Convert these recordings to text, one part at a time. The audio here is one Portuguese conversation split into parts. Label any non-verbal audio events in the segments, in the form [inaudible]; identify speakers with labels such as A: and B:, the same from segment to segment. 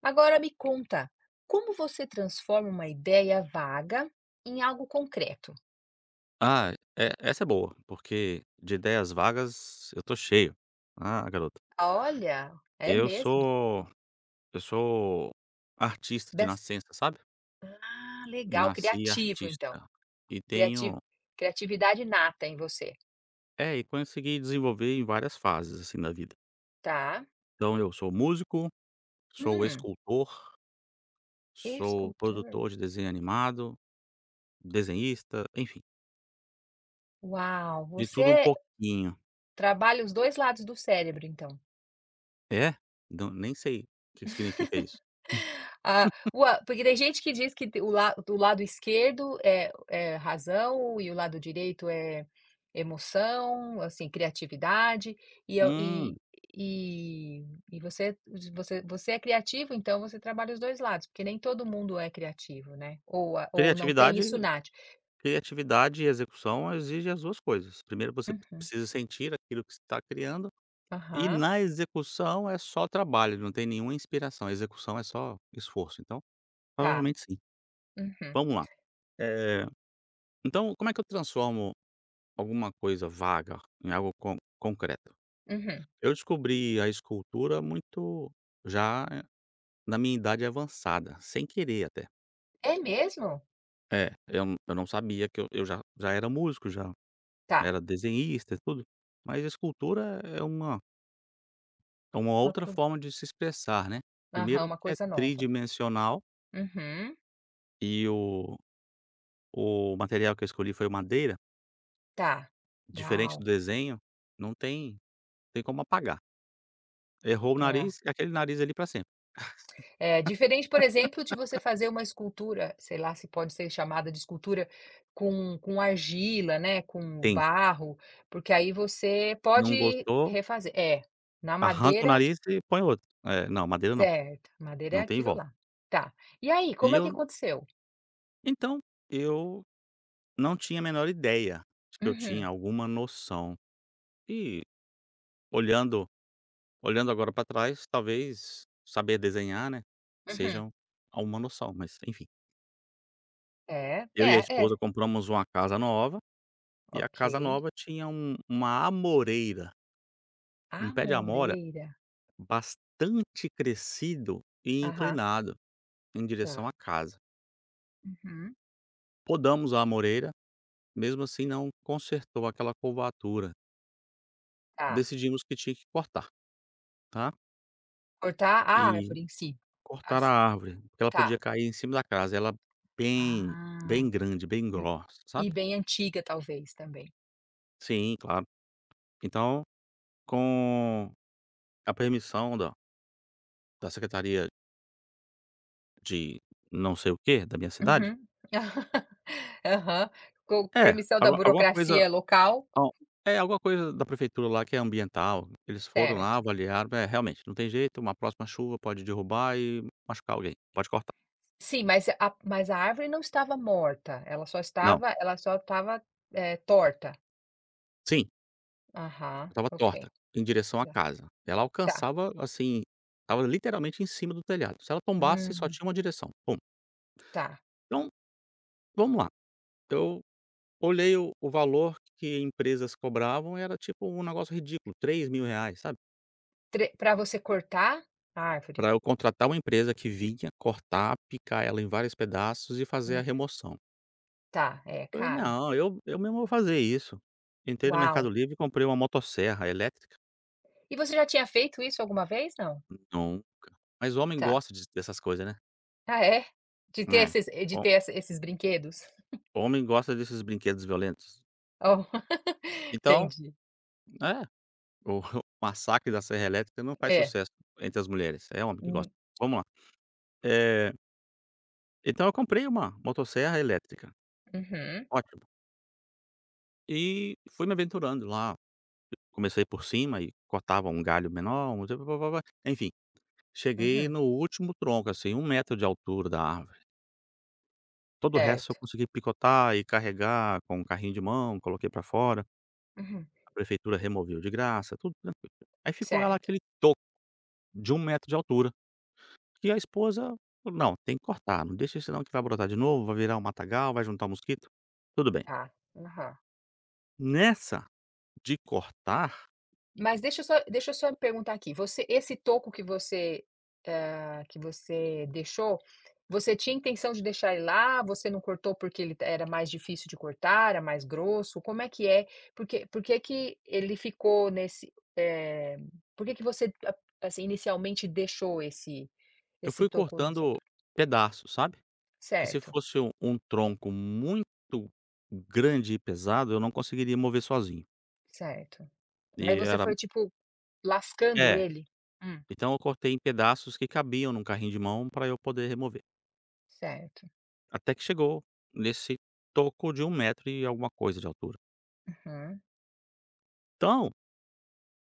A: Agora me conta, como você transforma uma ideia vaga em algo concreto?
B: Ah, essa é boa, porque de ideias vagas eu tô cheio. Ah, garoto,
A: Olha, é
B: eu
A: mesmo?
B: sou eu sou artista de
A: Bas
B: nascença, sabe?
A: Ah, legal,
B: Nasci
A: criativo então.
B: artista e
A: Criati
B: tenho
A: Criatividade inata em você,
B: e consegui desenvolver em várias fases, assim, da vida.
A: tá.
B: Então eu sou músico, sou
A: Hum,
B: escultor, sou
A: escultor.
B: produtor de desenho animado, desenhista, enfim,
A: Uau,
B: de tudo um
A: você
B: pouquinho.
A: trabalha os 2 lados do cérebro então?
B: É? Não, nem sei o que significa isso.
A: Ah, ua porque tem gente que diz que te o la o lado esquerdo é razão e o lado direito é emoção, assim, criatividade, e eu
B: Hum,
A: e e você é criativo, então você trabalha os 2 lados, porque nem todo mundo é criativo, né, ou não tem isso
B: criatividade
A: nato.
B: Criatividade e execução exige as 2 coisas. Primeiro você
A: Uhum.
B: precisa sentir aquilo que você está criando, e
A: Aham.
B: na execução é só trabalho, não tem nenhuma inspiração, a execução é só esforço, então,
A: Tá.
B: provavelmente sim.
A: Uhum.
B: Vamos lá, eh, então como é que eu transformo alguma coisa vaga em algo concreto?
A: Uhum.
B: Eu descobri a escultura muito já na minha idade avançada, sem querer até.
A: É mesmo?
B: É, eu não sabia que eu já era músico já.
A: Tá.
B: Era desenhista e tudo, mas escultura é uma
A: Uma
B: outra
A: coi
B: forma de se expressar, né.
A: Aham,
B: Primeiro
A: uma
B: que é
A: coisa nova.
B: tridimensional
A: Uhum.
B: e o material que eu escolhi foi madeira,
A: Tá.
B: diferente
A: Uau.
B: do desenho, não tem como apagar. Errou o
A: É.
B: nariz, é aquele nariz ali para sempre.
A: É, diferente, por exemplo, de você fazer uma escultura, sei lá se pode ser chamada de escultura, com argila, né, com
B: Tem,
A: barro, porque aí você
B: não
A: pode
B: gostou,
A: refazer é, na
B: arranca o
A: madeira,
B: nariz e põe outro. É, não, madeira não,
A: certo, madeira é
B: não tem
A: aquilo
B: volta.
A: lá. Tá. E aí,
B: E
A: como é que
B: eu
A: aconteceu?
B: então, eu não tinha a menor ideia de que eu tinha
A: Uhum,
B: alguma noção. E olhando Olhando agora para trás, talvez saber desenhar, né,
A: uhum.
B: seja uma noção, mas enfim.
A: É,
B: Eu e a
A: é, é.
B: esposa compramos uma casa nova, e a
A: Ok.
B: casa nova tinha uma amoreira, um pé de amora
A: Amoreira.
B: bastante crescido e
A: Aham.
B: inclinado em direção
A: Tá.
B: à casa.
A: Uhum.
B: Podamos a amoreira, mesmo assim não consertou aquela curvatura.
A: Tá.
B: Decidimos que tinha que cortar, tá,
A: Cortar a
B: e
A: árvore em si.
B: cortar a
A: As
B: árvore, porque ela
A: Tá.
B: podia cair em cima da casa, ela bem bem
A: Ah.
B: grande, bem grossa,
A: E
B: sabe.
A: bem antiga talvez também.
B: Sim, claro. Então, com a permissão da secretaria de não sei o que da minha cidade,
A: Uhum. [laughs] Aham. Com
B: é,
A: permissão da
B: algu alguma coisa
A: burocracia local,
B: al alguma coisa da prefeitura lá que é ambiental, eles foram lá,
A: certo.
B: avaliaram, realmente, não tem jeito, uma próxima chuva pode derrubar e machucar alguém, pode cortar.
A: Sim, mas a árvore não estava morta, ela só
B: Não.
A: estava ela só estava, torta.
B: Sim,
A: Aham,
B: eu estava
A: ok.
B: torta, em direção à
A: Tá,
B: casa. Ela
A: tá.
B: alcançava, assim, estava literalmente em cima do telhado. Se ela tombasse, só
A: Hum,
B: tinha uma direção, pum.
A: tá.
B: Então, vamos lá, eu Olhei o valor que empresas cobravam, era tipo um negócio ridículo, R$ 3.000, sabe,
A: Para você cortar a árvore?
B: para eu contratar uma empresa que vinha cortar, picar ela em vários pedaços e fazer a
A: Hum,
B: remoção.
A: tá, é
B: Falei:
A: caro.
B: "Não, eu mesmo vou fazer isso". Entrei no
A: Uau.
B: Mercado Livre e comprei uma motosserra elétrica.
A: E você já tinha feito isso alguma vez, não?
B: Não, mas homem
A: Tá.
B: gosta de dessas coisas, né.
A: Ah é? De ter
B: É,
A: esses de
B: ho
A: ter essa esses brinquedos? [laughs]
B: homem gosta desses brinquedos violentos.
A: Oh, [laughs]
B: Então
A: entendi.
B: é, o [laughs] massacre da serra elétrica não faz
A: É.
B: sucesso entre as mulheres, é homem que gosta. Vamos lá, eh Então eu comprei uma motosserra elétrica,
A: Uhum,
B: ótimo, e fui me aventurando lá, comecei por cima e cortava um galho menor, enfim, cheguei
A: uhum.
B: no último tronco, assim, 1 metro de altura da árvore, todo o resto eu
A: Certo.
B: consegui picotar e carregar com um carrinho de mão, coloquei pra fora,
A: Uhum.
B: a prefeitura removeu de graça, tudo tranquilo. Aí ficou lá
A: Certo.
B: aquele toco de 1 metro de altura, que a esposa falou: "Não, tem que cortar, não deixa isso não que vai brotar de novo, vai virar um matagal, vai juntar mosquito", tudo bem.
A: Tá. Aham.
B: Nessa de cortar
A: Mas deixa eu só perguntar aqui, você esse toco que você, que você deixou, você tinha intenção de deixar ele lá? Você não cortou porque ele era mais difícil de cortar, era mais grosso? Como é que é? Por que que ele ficou nesse, por que que você a assim, inicialmente deixou esse
B: Eu
A: esse
B: fui
A: toco nessa
B: cortando
A: altura?
B: pedaços, sabe, porque se
A: Certo,
B: fosse um tronco muito grande e pesado, eu não conseguiria mover sozinho,
A: certo. Aí
B: e
A: você
B: era
A: foi, tipo, lascando
B: é,
A: ele? Hum.
B: então eu cortei em pedaços que cabiam num carrinho de mão para eu poder remover,
A: Certo.
B: até que chegou nesse toco de 1 metro e alguma coisa de altura.
A: Uhum,
B: Então,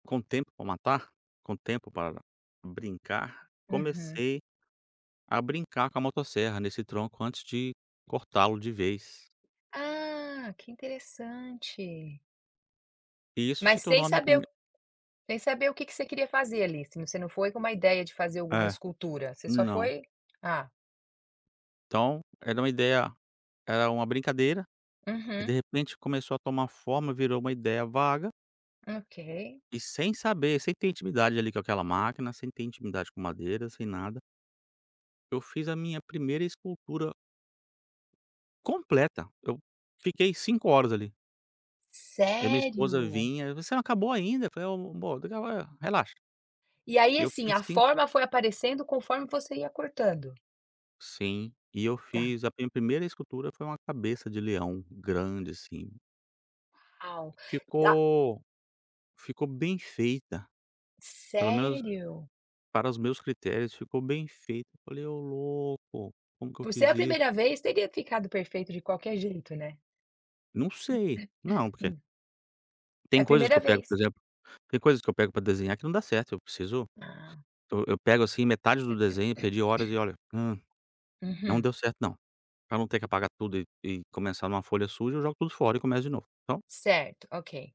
B: com tempo para matar, com tempo para brincar,
A: uhum.
B: comecei a brincar com a motosserra nesse tronco antes de cortá-lo de vez,
A: Ah, que interessante.
B: e isso se
A: Mas sem
B: tornou a minha
A: saber
B: primeira,
A: o sem saber o que que você queria fazer ali, se você não foi com uma ideia de fazer alguma
B: é,
A: escultura, você só
B: não.
A: foi ah,
B: Então, era uma brincadeira, aí de
A: uhum,
B: repente começou a tomar forma, virou uma ideia vaga,
A: ok.
B: e sem saber, sem ter intimidade ali com aquela máquina, sem ter intimidade com madeira, sem nada, eu fiz a minha primeira escultura completa. Eu fiquei 5 horas ali. E a minha esposa
A: Sério?
B: vinha: "Você não acabou ainda?" Eu falei: "Ô amor, daqui a pouco relaxa".
A: E aí,
B: E eu
A: assim,
B: fiz
A: a
B: sim
A: forma foi aparecendo conforme você ia cortando?
B: sim, e eu
A: Tá.
B: fiz a minha primeira escultura foi uma cabeça de leão grande, assim.
A: Uau. Da
B: Ficou ficou bem feita, pelo menos
A: Sério?
B: para os meus critérios ficou bem feito. Eu falei: "Ô louco, como que eu
A: Por ser
B: fiz
A: a
B: isso?".
A: primeira vez, teria ficado perfeito de qualquer jeito, né?
B: Não sei.
A: Hum.
B: Não, porque
A: Hum. É
B: tem
A: a
B: coisas que
A: primeira
B: eu pego,
A: vez.
B: por exemplo, tem coisas que eu pego pra desenhar que não dá certo,
A: Ah,
B: eu pego, assim, metade do desenho, perdi horas e olha, não
A: uhum.
B: deu certo não. Pra não ter que apagar tudo e começar numa folha suja, eu jogo tudo fora e começo de novo. Então,
A: Certo, ok.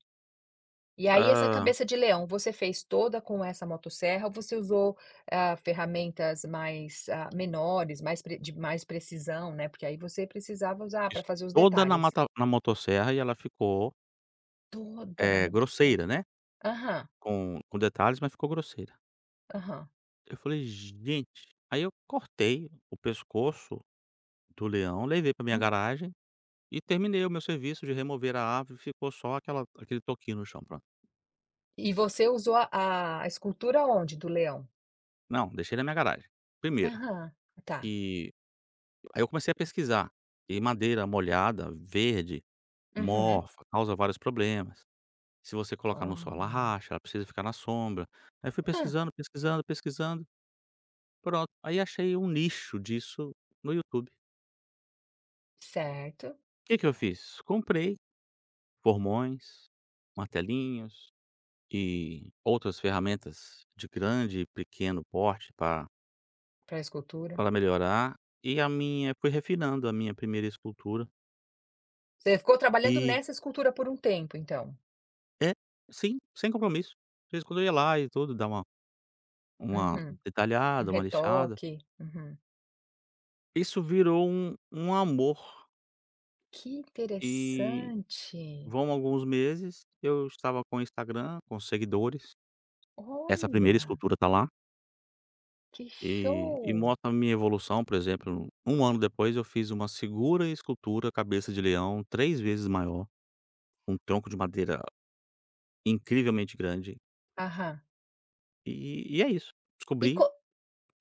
A: E aí essa
B: hã,
A: cabeça de leão, você fez toda com essa motosserra ou você usou, ferramentas mais, menores, mais precisão, né, porque aí você precisava usar
B: fiz
A: para fazer os
B: toda
A: detalhes.
B: na motosserra e ela ficou,
A: Toda na motosserra.
B: grosseira, né,
A: Aham,
B: com detalhes, mas ficou grosseira.
A: aham.
B: Eu falei: "Gente". Aí eu cortei o pescoço do leão, levei para minha
A: Hum.
B: garagem e terminei o meu serviço de remover a árvore, ficou só aquela aquele toquinho no chão, pronto.
A: E você usou a escultura onde do leão?
B: Não, deixei na minha garagem. Primeiro,
A: Aham, tá.
B: e aí eu comecei a pesquisar, e madeira molhada, verde,
A: Uhum.
B: morfa, causa vários problemas. Se você colocar no sol, ela
A: Olha.
B: racha, ela precisa ficar na sombra. Aí fui
A: Hã.
B: pesquisando, pesquisando, pesquisando, pronto. Aí achei um nicho disso no YouTube.
A: Certo,
B: O que que eu fiz? Comprei formões, martelinhos e outras ferramentas de grande e pequeno porte para
A: pra escultura.
B: para melhorar, e a minha fui refinando a minha primeira escultura
A: Você ficou trabalhando
B: e
A: nessa escultura por um tempo então?
B: é, sim, sem compromisso. De vez em quando eu ia lá e tudo, dar uma
A: Uhum. Um
B: detalhada, uma lixada.
A: retoque. Uhum.
B: Isso virou um amor
A: Que
B: e
A: interessante!
B: vão alguns meses, eu estava com o Instagram, com seguidores, essa primeira
A: Olha,
B: escultura está lá.
A: que
B: E
A: show!
B: mostra a minha evolução, por exemplo, um ano depois eu fiz uma segura escultura cabeça de leão 3 vezes maior, um tronco de madeira incrivelmente grande,
A: Aham.
B: e é isso,
A: E
B: descobri
A: co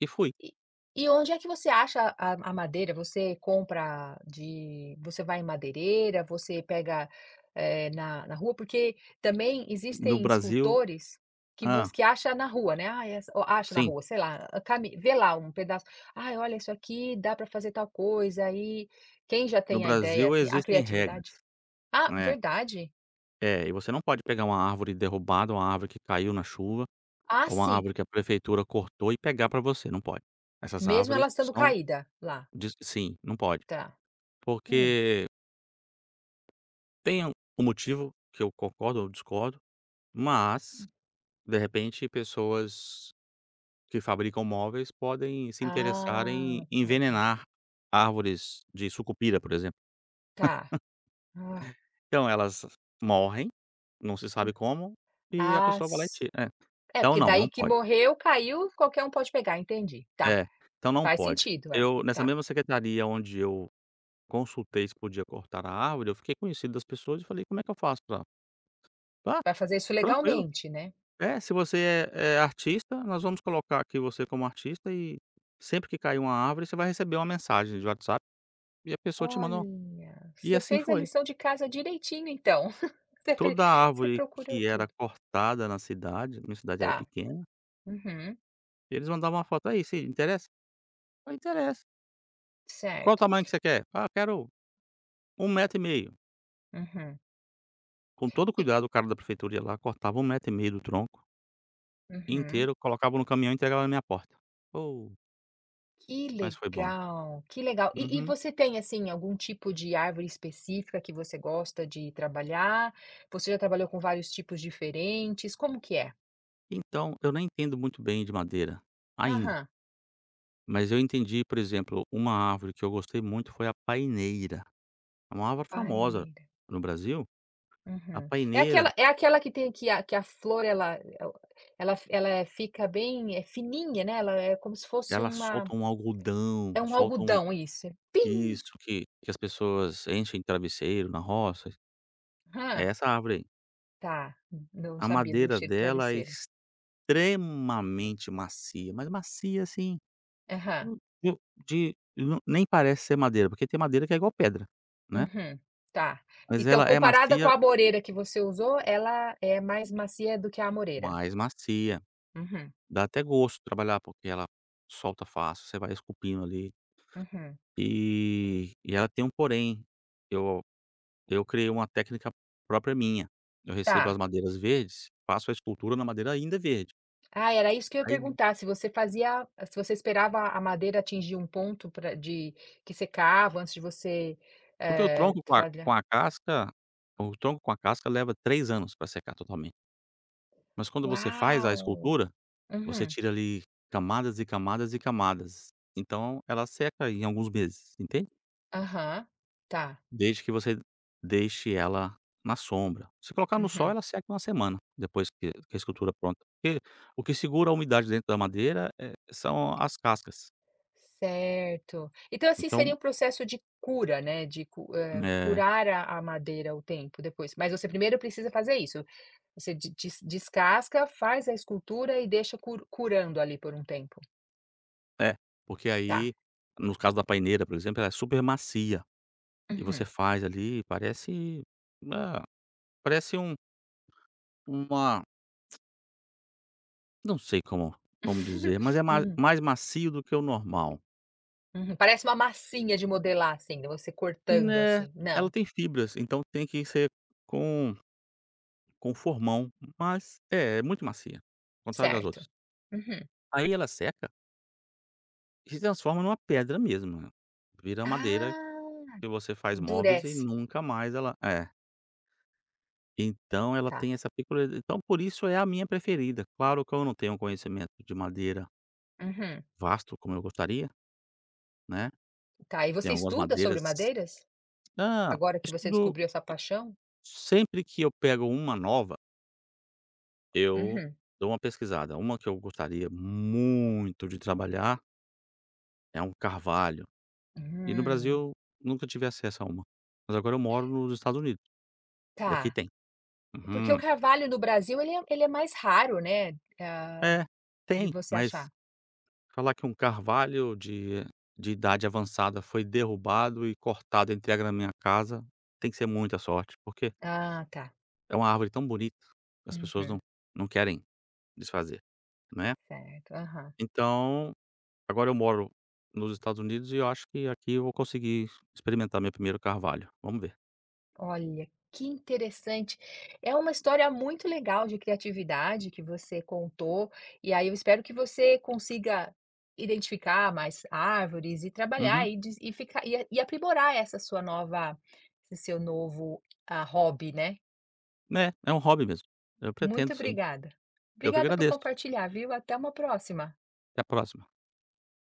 B: e fui.
A: e e onde é que você acha a madeira? Você compra de você vai em madeireira, você pega, na rua? Porque também
B: No
A: existem
B: Brasil
A: escultores
B: Ah,
A: que acha na rua, né, "Ah, essa" ou acha na
B: sim,
A: rua, sei lá, a cami vê lá um pedaço, Ah, olha, isso aqui dá para fazer tal coisa", aí quem já
B: no
A: tem a ideia,
B: Brasil
A: assim, a
B: existem regras,
A: criatividade? Ah,
B: né.
A: verdade?
B: É, e você não pode pegar uma árvore derrubada, uma árvore que caiu na chuva,
A: Ah,
B: ou uma
A: sim.
B: árvore que a prefeitura cortou e pegar para você, não pode. Essas
A: Mesmo ela
B: árvores
A: estando
B: são,
A: caída lá?
B: diz sim, não pode,
A: Tá. Hum.
B: porque tem um motivo que eu concordo ou discordo, mas, de repente, pessoas que fabricam móveis podem se interessar em
A: Ah, pode.
B: envenenar árvores de sucupira, por exemplo.
A: Tá. Ah,
B: Então elas morrem, não se
A: hum.
B: sabe como, e a
A: Ah,
B: pessoa vai lá e
A: s
B: tira. É.
A: é,
B: Então
A: porque
B: não,
A: daí
B: não
A: que
B: pode.
A: morreu, caiu, qualquer um pode pegar, entendi. Tá,
B: É, então não
A: faz
B: pode.
A: sentido, é.
B: Eu nessa
A: Tá.
B: mesma secretaria onde eu consultei se podia cortar a árvore, eu fiquei conhecido das pessoas e falei: "Como é que eu faço pra". "Ah,
A: Vai fazer isso
B: tranquilo".
A: legalmente, né.
B: É, se você é artista, nós vamos colocar aqui você como artista e sempre que cair uma árvore, você vai receber uma mensagem de WhatsApp e a pessoa te mandou,
A: Olha,
B: e
A: você
B: assim
A: fez a
B: foi.
A: lição de casa direitinho então. [laughs] Você fe
B: Toda
A: Você
B: árvore
A: procurou
B: que era
A: tudo.
B: cortada na cidade, minha cidade era
A: Tá.
B: pequena,
A: Uhum.
B: eles mandavam uma foto: "Aí, se interessa?" "Ah, interessa". "Qual o
A: Certo.
B: tamanho que você quer?" "Ah, eu quero um metro e meio".
A: Uhum.
B: Com todo
A: E
B: cuidado, o cara da prefeitura ia lá, cortava um metro e meio do tronco
A: uhum.
B: inteiro, colocava no caminhão e entregava na minha porta. Oh,
A: Que
B: mas foi bom.
A: legal, que legal. E
B: Uhum.
A: você tem, assim, algum tipo de árvore específica que você gosta de trabalhar? Você já trabalhou com vários tipos diferentes, como que é?
B: Então, eu não entendo muito bem de madeira, ainda.
A: Aham,
B: Mas eu entendi, por exemplo, uma árvore que eu gostei muito foi a paineira. É uma árvore famosa
A: paineira.
B: no Brasil. A
A: Uhum. É
B: paineira,
A: aquela é aquela que tem que a flor ela fica bem, fininha, né, ela é como se fosse
B: ela
A: uma
B: solta um algodão,
A: é um
B: solta um
A: algodão isso, É pim.
B: isso que as pessoas enchem travesseiro na roça, é
A: Hã,
B: essa árvore aí.
A: tá, não
B: A
A: sabia do
B: madeira
A: cheiro do
B: dela é
A: travesseiro.
B: extremamente macia, mas macia, assim,
A: Aham.
B: eu de não nem parece ser madeira, porque tem madeira que é igual pedra, né,
A: Uhum, tá.
B: mas
A: Então,
B: ela é
A: comparada com
B: macia,
A: a amoreira que você usou, ela é mais macia do que a amoreira.
B: mais macia.
A: Uhum,
B: Dá até gosto trabalhar, porque ela solta fácil, você vai esculpindo ali.
A: uhum.
B: E ela tem um porém, eu eu criei uma técnica própria minha. Eu recebo as
A: Tá.
B: madeiras verdes, faço a escultura na madeira ainda verde.
A: Ah, era isso que eu ia
B: Aí
A: perguntar, se você esperava a madeira atingir um ponto pra de que secava antes de você,
B: porque o tronco
A: falha
B: com a casca leva 3 anos para secar totalmente. Mas quando você faz a
A: uau!
B: escultura, você
A: Uhum,
B: tira ali camadas e camadas e camadas. Então ela seca em alguns meses, entende?
A: aham, tá.
B: Desde que você deixe ela na sombra. Se colocar no sol,
A: Uhum.
B: ela seca em uma semana, depois que a escultura é pronta. Porque o que segura a umidade dentro da madeira, são as cascas.
A: Certo. Então, assim, seria
B: Então,
A: um processo de cura, né,
B: eh
A: curar a madeira o tempo depois, mas você primeiro precisa fazer isso. Você de des descasca, faz a escultura e deixa curando ali por um tempo.
B: é, porque
A: Tá.
B: aí, no caso da paineira, por exemplo, ela é super macia e você
A: Uhum.
B: faz ali, parece, ah, parece uma não sei como dizer, mas é
A: [laughs]
B: ma
A: Uhum,
B: mais macio do que o normal.
A: uhum. Parece uma massinha de modelar, assim, de você cortando,
B: Né,
A: assim.
B: ela
A: Não,
B: tem fibras, então tem que ser com com formão, mas é muito macia, ao contrário das
A: certo.
B: outras.
A: Uhum.
B: Aí ela seca e se transforma numa pedra mesmo, vira madeira
A: Ah,
B: que você faz móveis e
A: endurece.
B: nunca mais ela é. Então ela
A: Tá.
B: tem essa peculiaridade, então por isso é a minha preferida. Claro que eu não tenho um conhecimento de madeira
A: Uhum.
B: vasto como eu gostaria, né,
A: Tá, e
B: tem
A: você
B: algumas
A: estuda sobre
B: madeiras
A: madeiras?
B: ah,
A: Agora que você
B: estudo
A: descobriu essa paixão?
B: sempre que eu pego uma nova, eu
A: Uhum.
B: dou uma pesquisada. Uma que eu gostaria muito de trabalhar é um carvalho. E no
A: Hum,
B: Brasil, nunca tive acesso a uma. Mas agora eu moro nos Estados Unidos, e aqui
A: tá.
B: tem.
A: Porque o
B: Uhum.
A: carvalho no Brasil ele é mais raro, né, ah,
B: É,
A: de
B: tem,
A: você
B: mas
A: achar.
B: falar que um carvalho de idade avançada foi derrubado e cortado entre a minha casa, tem que ser muita sorte, porque
A: Ah, tá.
B: é uma árvore tão bonita, as pessoas não
A: Uhum.
B: não querem desfazer, né.
A: Certo, aham.
B: Então, agora eu moro nos Estados Unidos e eu acho que aqui eu vou conseguir experimentar meu primeiro carvalho, vamos ver.
A: Olha, que interessante. É uma história muito legal de criatividade que você contou, e aí eu espero que você consiga identificar mais árvores e trabalhar
B: Uhum.
A: e des e ficar e a- e aprimorar essa sua nova esse seu novo, hobby, né.
B: É, é um hobby mesmo. Eu
A: Muito
B: pretendo sim.
A: obrigada.
B: Eu que
A: Obrigada por
B: agradeço.
A: compartilhar, viu. Até uma próxima.
B: Até a próxima.